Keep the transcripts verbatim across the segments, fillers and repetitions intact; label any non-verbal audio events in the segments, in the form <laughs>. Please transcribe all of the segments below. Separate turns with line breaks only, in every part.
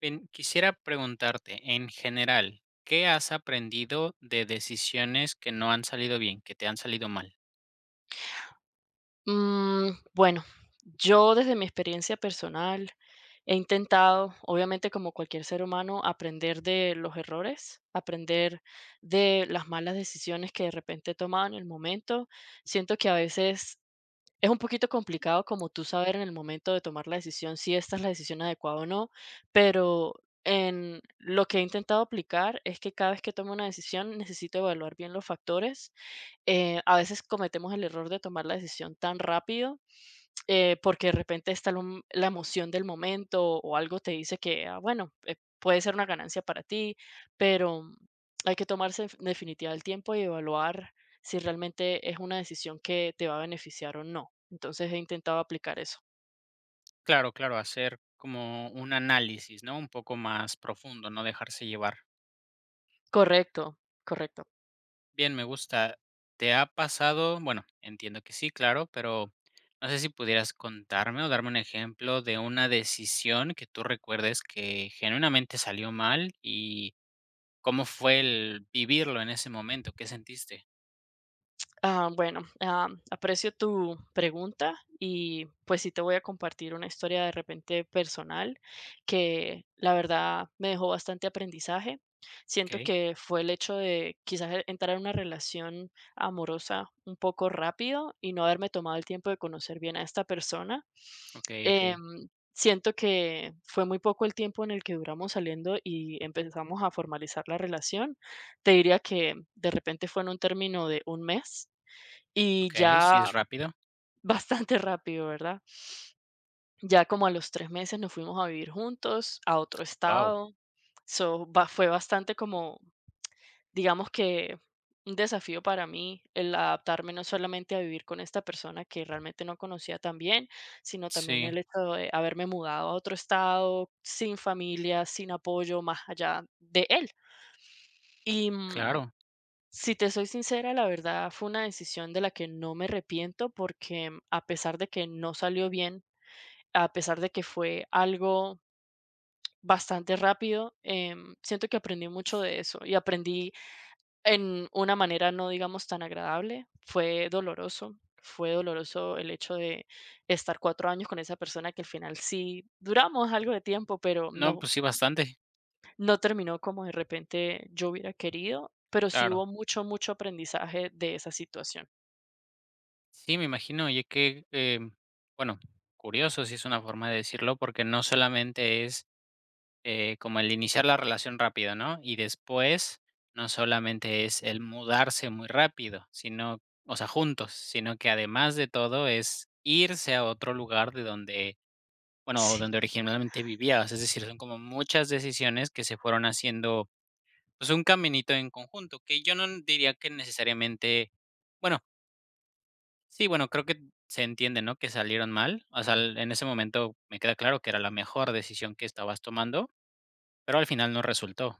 Bien, quisiera preguntarte, en general, ¿qué has aprendido de decisiones que no han salido bien, que te han salido mal?
Mm, bueno, yo desde mi experiencia personal he intentado, obviamente como cualquier ser humano, aprender de los errores, aprender de las malas decisiones que de repente he tomado en el momento. Siento que a veces es un poquito complicado como tú saber en el momento de tomar la decisión si esta es la decisión adecuada o no, pero en lo que he intentado aplicar es que cada vez que tomo una decisión necesito evaluar bien los factores. Eh, a veces cometemos el error de tomar la decisión tan rápido. Eh, porque de repente está lo la emoción del momento o algo te dice que, ah, bueno, eh, puede ser una ganancia para ti, pero hay que tomarse en definitiva el tiempo y evaluar si realmente es una decisión que te va a beneficiar o no. Entonces he intentado aplicar eso.
Claro, claro, hacer como un análisis, ¿no? Un poco más profundo, no dejarse llevar.
Correcto, correcto.
Bien, me gusta. ¿Te ha pasado? Bueno, entiendo que sí, claro, pero no sé si pudieras contarme o darme un ejemplo de una decisión que tú recuerdes que genuinamente salió mal y cómo fue el vivirlo en ese momento, qué sentiste.
Ah, bueno, ah, aprecio tu pregunta y pues sí te voy a compartir una historia de repente personal que la verdad me dejó bastante aprendizaje. Siento
Ok,
que fue el hecho de quizás e- entrar en una relación amorosa un poco rápido y no haberme tomado el tiempo de conocer bien a esta persona.
ok, ok.
Em, Siento que fue muy poco el tiempo en el que duramos saliendo y empezamos a formalizar la relación. Te diría que de repente fue en un término de un mes y
Okey, sí
ya
es rápido.
<laughs> bastante rápido, ¿verdad? Ya como a los tres meses nos fuimos a vivir juntos a otro
Wow.
estado. So, ba Fue bastante como, digamos que un desafío para mí el adaptarme no solamente a vivir con esta persona que realmente no conocía tan bien, sino también
Sí,
el hecho de haberme mudado a otro estado, sin familia, sin apoyo más allá de él. Y, mm
claro.
Si te soy sincera, la verdad fue una decisión de la que no me arrepiento porque, mm, a pesar de que no salió bien, a pesar de que fue algo bastante rápido, em, siento que aprendí mucho de eso y aprendí en una manera no digamos tan agradable. Fue doloroso, fue doloroso el hecho de estar cuatro años con esa persona que al final sí duramos algo de tiempo, pero
No,
no,
pues sí, bastante,
no terminó como de repente yo hubiera querido, pero sí hubo
claro.
mucho, mucho aprendizaje de esa situación.
Sí, me imagino, y que, em, bueno, curioso, sí es una forma de decirlo, porque no solamente es, eh, como el iniciar la relación rápido, ¿no? Y después, no solamente es el mudarse muy rápido, sino, o sea, juntos, sino que además de todo es irse a otro lugar de donde, bueno, o
Sí,
donde originalmente vivías. Es decir, son como muchas decisiones que se fueron haciendo pues, un caminito en conjunto, que yo no diría que necesariamente bueno, sí, bueno, creo que se entiende, ¿no?, que salieron mal, o sea, el en ese momento me queda claro que era la mejor decisión que estabas tomando, pero al final no resultó.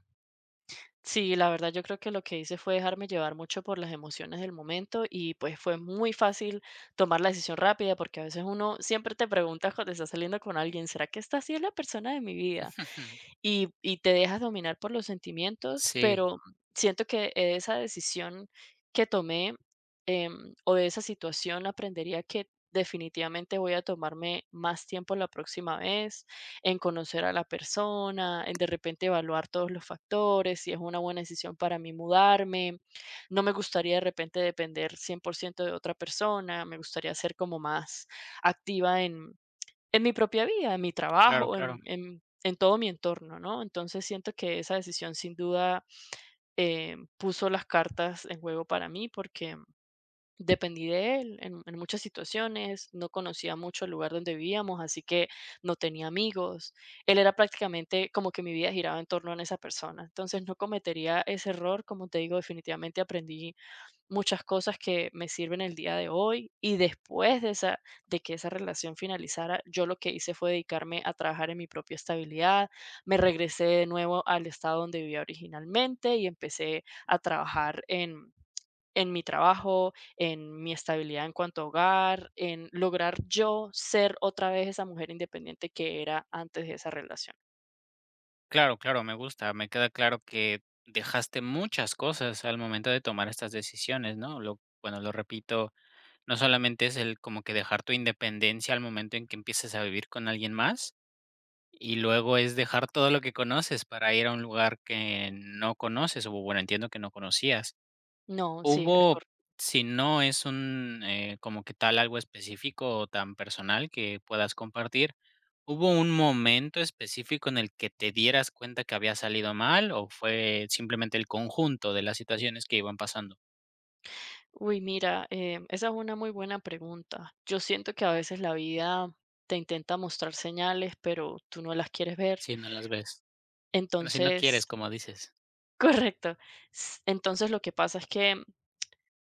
sí, la verdad yo creo que lo que hice fue dejarme llevar mucho por las emociones del momento y pues fue muy fácil tomar la decisión rápida porque a veces uno siempre te pregunta cuando estás saliendo con alguien, ¿será que esta sí es la persona de mi vida?
Ujú.
y y te dejas dominar por los sentimientos,
Sí,
pero siento que esa decisión que tomé, em, o de esa situación aprendería que definitivamente voy a tomarme más tiempo la próxima vez en conocer a la persona, en de repente evaluar todos los factores, si es una buena decisión para mí mudarme. No me gustaría de repente depender cien por ciento de otra persona, me gustaría ser como más activa en en mi propia vida, en mi
claro,
trabajo, en
claro.
en en todo mi entorno, ¿no? Entonces siento que esa decisión sin duda, eh, puso las cartas en juego para mí porque dependí de él en en muchas situaciones, no conocía mucho el lugar donde vivíamos, así que no tenía amigos. Él era prácticamente como que mi vida giraba en torno a esa persona. Entonces no cometería ese error, como te digo, definitivamente aprendí muchas cosas que me sirven el día de hoy y después de esa, de que esa relación finalizara, yo lo que hice fue dedicarme a trabajar en mi propia estabilidad, me regresé de nuevo al estado donde vivía originalmente y empecé a trabajar en en mi trabajo, en mi estabilidad en cuanto a hogar, en lograr yo ser otra vez esa mujer independiente que era antes de esa relación.
Claro, claro, me gusta, me queda claro que dejaste muchas cosas al momento de tomar estas decisiones, ¿no? Lo bueno, lo repito, no solamente es el como que dejar tu independencia al momento en que empieces a vivir con alguien más. Y luego es dejar todo lo que conoces para ir a un lugar que no conoces, o bueno, entiendo que no conocías.
No, sí, es
Hubo,
correcto.
si no es un, eh, como que tal algo específico o tan personal que puedas compartir, ¿hubo un momento específico en el que te dieras cuenta que había salido mal o fue simplemente el conjunto de las situaciones que iban pasando?
Uy, mira, em, esa es una muy buena pregunta. Yo siento que a veces la vida te intenta mostrar señales, pero tú no las quieres ver.
Si no las ves. Bueno, si no quieres,
Entonces,
como dices.
<laughs> correcto. s- Entonces lo que pasa es que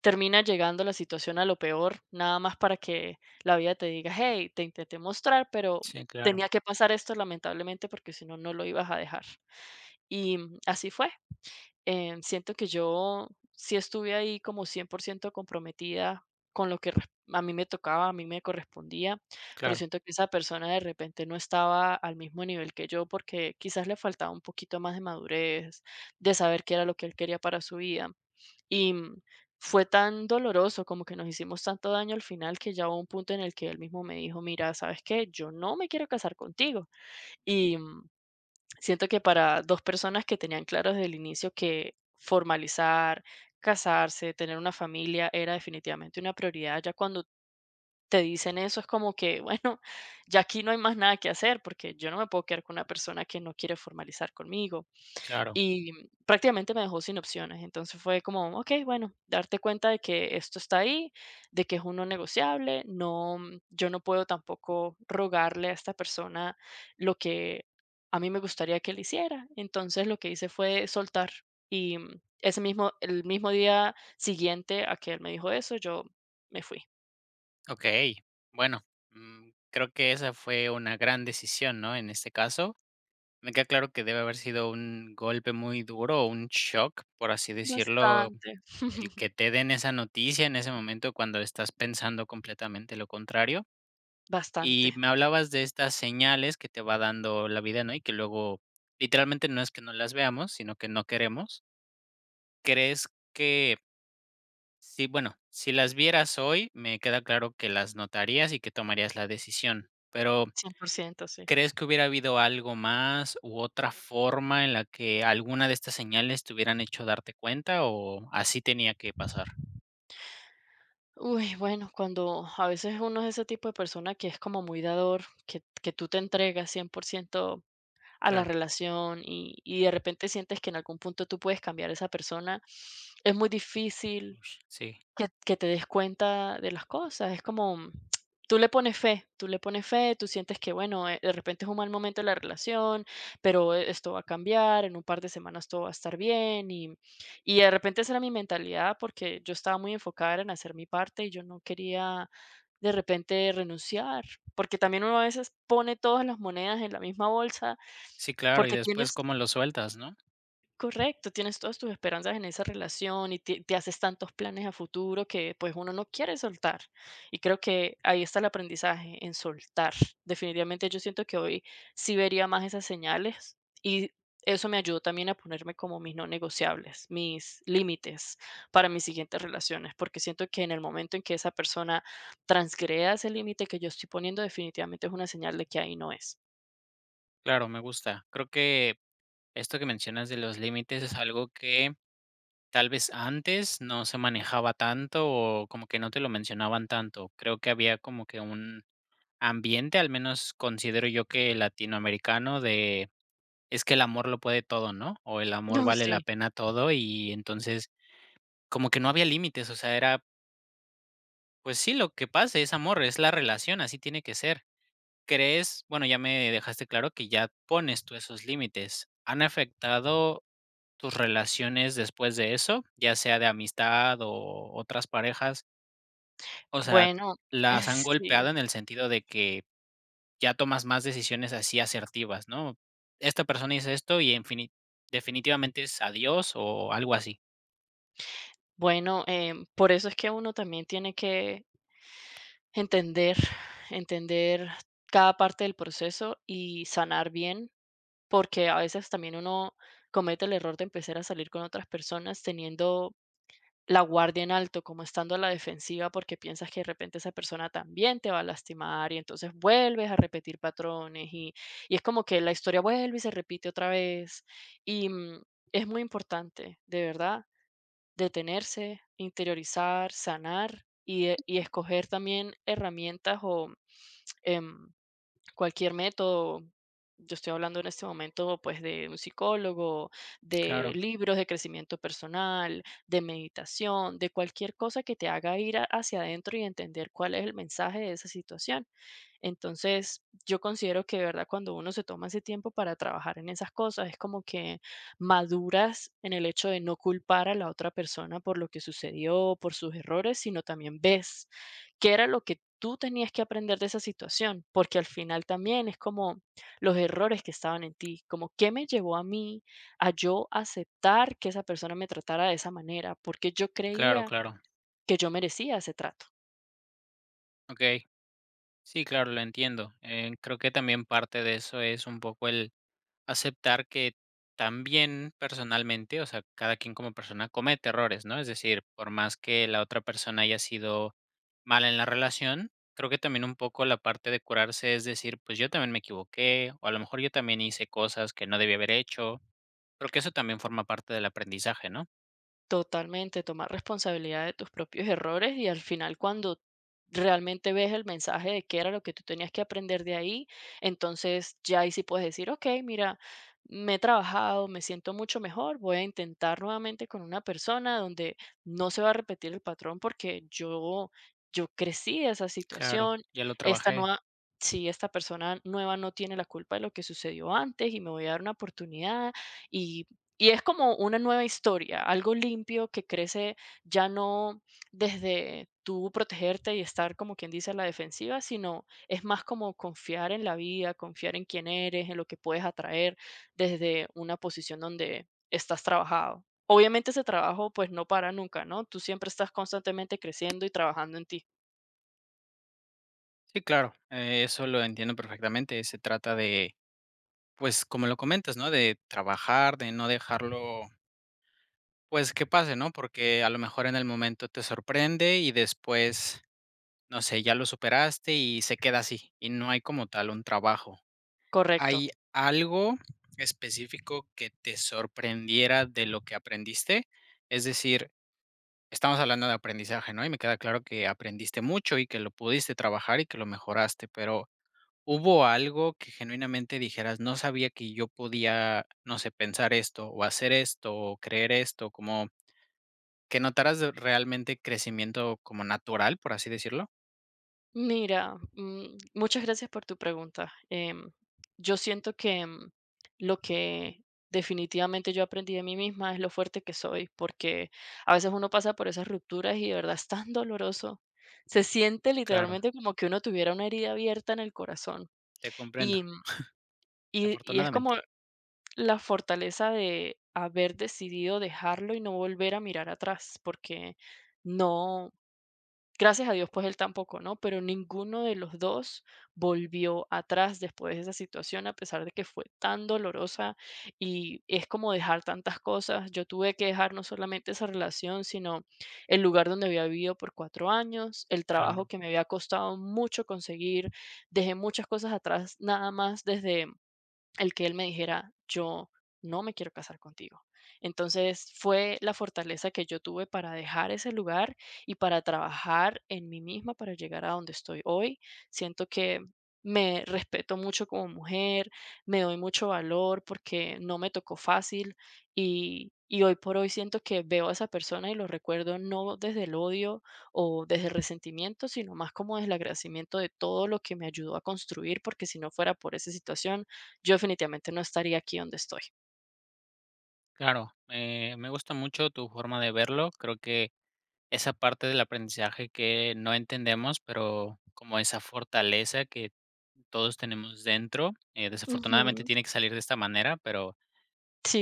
termina llegando la situación a lo peor, nada más para que la vida te diga, hey, te intenté mostrar, pero
Sí, claro,
tenía que pasar esto lamentablemente porque si no, no lo ibas a dejar. Y, mm, así fue. Em, siento que yo sí estuve ahí como cien por ciento comprometida con lo que res- a mí me tocaba, a mí me correspondía, pero
claro,
siento que esa persona de repente no estaba al mismo nivel que yo porque quizás le faltaba un poquito más de madurez, de saber qué era lo que él quería para su vida. Y, mm, fue tan doloroso, como que nos hicimos tanto daño al final que ya hubo un punto en el que él mismo me dijo, mira, ¿sabes qué? Yo no me quiero casar contigo. Siento que para dos personas que tenían claro desde el inicio que formalizar, casarse, tener una familia era definitivamente una prioridad, ya cuando te dicen eso es como que, bueno, <laughs> ya aquí no hay más nada que hacer, porque yo no me puedo quedar con una persona que no quiere formalizar conmigo.
claro.
Y prácticamente me dejó sin opciones. Entonces fue como, ok, bueno, darte cuenta de que esto está ahí, de que es uno negociable, no, yo no puedo tampoco rogarle a esta persona lo que a mí me gustaría que le hiciera. Entonces lo que hice fue soltar y, mm, ese mismo, el mismo día siguiente a que él me dijo eso, yo me fui.
Okey. Bueno, mm, creo que esa fue una gran decisión, ¿no?, en este caso. Me queda claro que debe haber sido un golpe muy duro, un shock, por así decirlo,
Bastante,
el que
<laughs>
te den esa noticia en ese momento cuando estás pensando completamente lo contrario.
bastante,
Y me hablabas de estas señales que te va dando la vida, ¿no?, y que luego, literalmente, no es que no las veamos, sino que no queremos. ¿Crees que Sí, bueno, si las vieras hoy, me queda claro que las notarías y que tomarías la decisión, pero
cien por ciento sí.
¿crees que hubiera habido algo más u otra forma en la que alguna de estas señales te hubieran hecho darte cuenta o así tenía que pasar?
Uy, bueno, cuando a veces uno es ese tipo de persona que es como muy dador, que, que tú te entregas cien por ciento a la
Claro,
relación y, y de repente sientes que en algún punto tú puedes cambiar a esa persona, es muy difícil
ush, sí,
que que te des cuenta de las cosas, es como, mm, tú le pones fe, tú le pones fe, tú sientes que, bueno, eh, de repente es un mal momento de la relación, pero eh, esto va a cambiar, en un par de semanas todo va a estar bien, y y de repente esa era mi mentalidad, porque yo estaba muy enfocada en hacer mi parte y yo no quería de repente renunciar, porque también uno a veces pone todas las monedas en la misma bolsa,
sí, claro, y
porque
después
tienes
cómo lo sueltas, ¿no?
Correcto, tienes todas tus esperanzas en esa relación y te, te haces tantos planes a futuro que pues uno no quiere soltar. Y creo que ahí está el aprendizaje, en soltar. Definitivamente yo siento que hoy sí vería más esas señales y eso me ayudó también a ponerme como mis no negociables, mis límites para mis siguientes relaciones, porque siento que en el momento en que esa persona transgreda ese límite que yo estoy poniendo, definitivamente es una señal de que ahí no es.
Claro, me gusta. Creo que esto que mencionas de los límites es algo que tal vez antes no se manejaba tanto o como que no te lo mencionaban tanto. Creo que había como que un ambiente, al menos considero yo que latinoamericano de, es que el amor lo puede todo, ¿no? O el amor
No,
vale la
sí.
pena todo y entonces como que no había límites, o sea, era, pues sí, lo que pase es amor, es la relación, así tiene que ser. ¿Crees? Bueno, ya me dejaste claro que ya pones tú esos límites. ¿Han afectado tus relaciones después de eso, ya sea de amistad o otras parejas? O sea,
Bueno,
¿las han
<laughs> sí.
golpeado en el sentido de que ya tomas más decisiones así asertivas, ¿no? Esta persona hizo esto y infini- definitivamente es adiós o algo así.
Bueno, em, por eso es que uno también tiene que entender, entender cada parte del proceso y sanar bien, porque a veces también uno comete el error de empezar a salir con otras personas teniendo la guardia en alto, como estando a la defensiva, porque piensas que de repente esa persona también te va a lastimar y entonces vuelves a repetir patrones y, y es como que la historia vuelve y se repite otra vez. Y, mm, es muy importante, de verdad detenerse, interiorizar, sanar y, eh, y escoger también herramientas o em, cualquier método. Yo estoy hablando en este momento, pues, de un psicólogo, de
Claro,
libros de crecimiento personal, de meditación, de cualquier cosa que te haga ir a- hacia adentro y entender cuál es el mensaje de esa situación. Entonces, yo considero que de verdad cuando uno se toma ese tiempo para trabajar en esas cosas, es como que maduras en el hecho de no culpar a la otra persona por lo que sucedió, por sus errores, sino también ves qué era lo que tú tenías que aprender de esa situación, porque al final también es como los errores que estaban en ti, como qué me llevó a mí a yo aceptar que esa persona me tratara de esa manera, porque yo
claro,
creía
claro.
que yo merecía ese trato.
Ok, sí, claro, lo entiendo. Eh, creo que también parte de eso es un poco el aceptar que también personalmente, o sea, cada quien como persona comete errores, ¿no? Es decir, por más que la otra persona haya sido mala en la relación, creo que también un poco la parte de curarse es decir, pues yo también me equivoqué, o a lo mejor yo también hice cosas que no debía haber hecho, creo que eso también forma parte del aprendizaje, ¿no?
Totalmente, tomar responsabilidad de tus propios errores y al final cuando realmente ves el mensaje de qué era lo que tú tenías que aprender de ahí, entonces ya ahí sí puedes decir, ok, mira, me he trabajado, me siento mucho mejor, voy a intentar nuevamente con una persona donde no se va a repetir el patrón porque yo, yo crecí de esa
Claro,
situación,
ya lo
esta
trabajé.
nueva... Si esta persona nueva no tiene la culpa de lo que sucedió antes y me voy a dar una oportunidad, y y es como una nueva historia, algo limpio que crece ya no desde tú protegerte y estar como quien dice a la defensiva, sino es más como confiar en la vida, confiar en quién eres, en lo que puedes atraer desde una posición donde estás trabajado. Obviamente ese trabajo pues no para nunca, ¿no? Tú siempre estás constantemente creciendo y trabajando en ti.
Sí, claro, eh, eso lo entiendo perfectamente. Se trata de, pues, como lo comentas, ¿no? De trabajar, de no dejarlo, pues, que pase, ¿no? Porque a lo mejor en el momento te sorprende y después, no sé, ya lo superaste y se queda así. Y no hay como tal un trabajo.
Correcto.
¿Hay algo específico que te sorprendiera de lo que aprendiste? Es decir, estamos hablando de aprendizaje, ¿no? Y me queda claro que aprendiste mucho y que lo pudiste trabajar y que lo mejoraste, pero ¿hubo algo que genuinamente dijeras, no sabía que yo podía, no sé, pensar esto o hacer esto o creer esto? Como que notaras de- realmente crecimiento como natural, por así decirlo.
Mira, mm, muchas gracias por tu pregunta. Em, yo siento que, mm, lo que definitivamente yo aprendí de mí misma es lo fuerte que soy, porque a veces uno pasa por esas rupturas y de verdad es tan doloroso. Se siente
Claro,
literalmente como que uno tuviera una herida abierta en el corazón.
te comprendo,
Y, mm, y, y es
desafortunadamente.
como la fortaleza de haber decidido dejarlo y no volver a mirar atrás, porque no, gracias a Dios, pues él tampoco, ¿no? Pero ninguno de los dos volvió atrás después de esa situación, a pesar de que fue tan dolorosa y es como dejar tantas cosas. Yo tuve que dejar no solamente esa relación, sino el lugar donde había vivido por cuatro años, el trabajo
Claro,
que me había costado mucho conseguir. Dejé muchas cosas atrás, nada más desde el que él me dijera, yo no me quiero casar contigo. Entonces fue la fortaleza que yo tuve para dejar ese lugar y para trabajar en mí misma para llegar a donde estoy hoy. Siento que me respeto mucho como mujer, me doy mucho valor porque no me tocó fácil y, y hoy por hoy siento que veo a esa persona y lo recuerdo no desde el odio o desde el resentimiento, sino más como desde el agradecimiento de todo lo que me ayudó a construir, porque si no fuera por esa situación, yo definitivamente no estaría aquí donde estoy.
claro. Eh, me gusta mucho tu forma de verlo. Creo que esa parte del aprendizaje que no entendemos, pero como esa fortaleza que todos tenemos dentro, eh, desafortunadamente
Ujú.
tiene que salir de esta manera, pero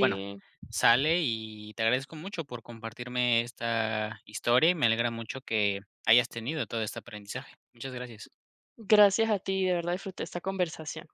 bueno, sale y te agradezco mucho por compartirme esta historia y me alegra mucho que hayas tenido todo este aprendizaje. Muchas gracias.
gracias a ti, de verdad disfruté esta conversación.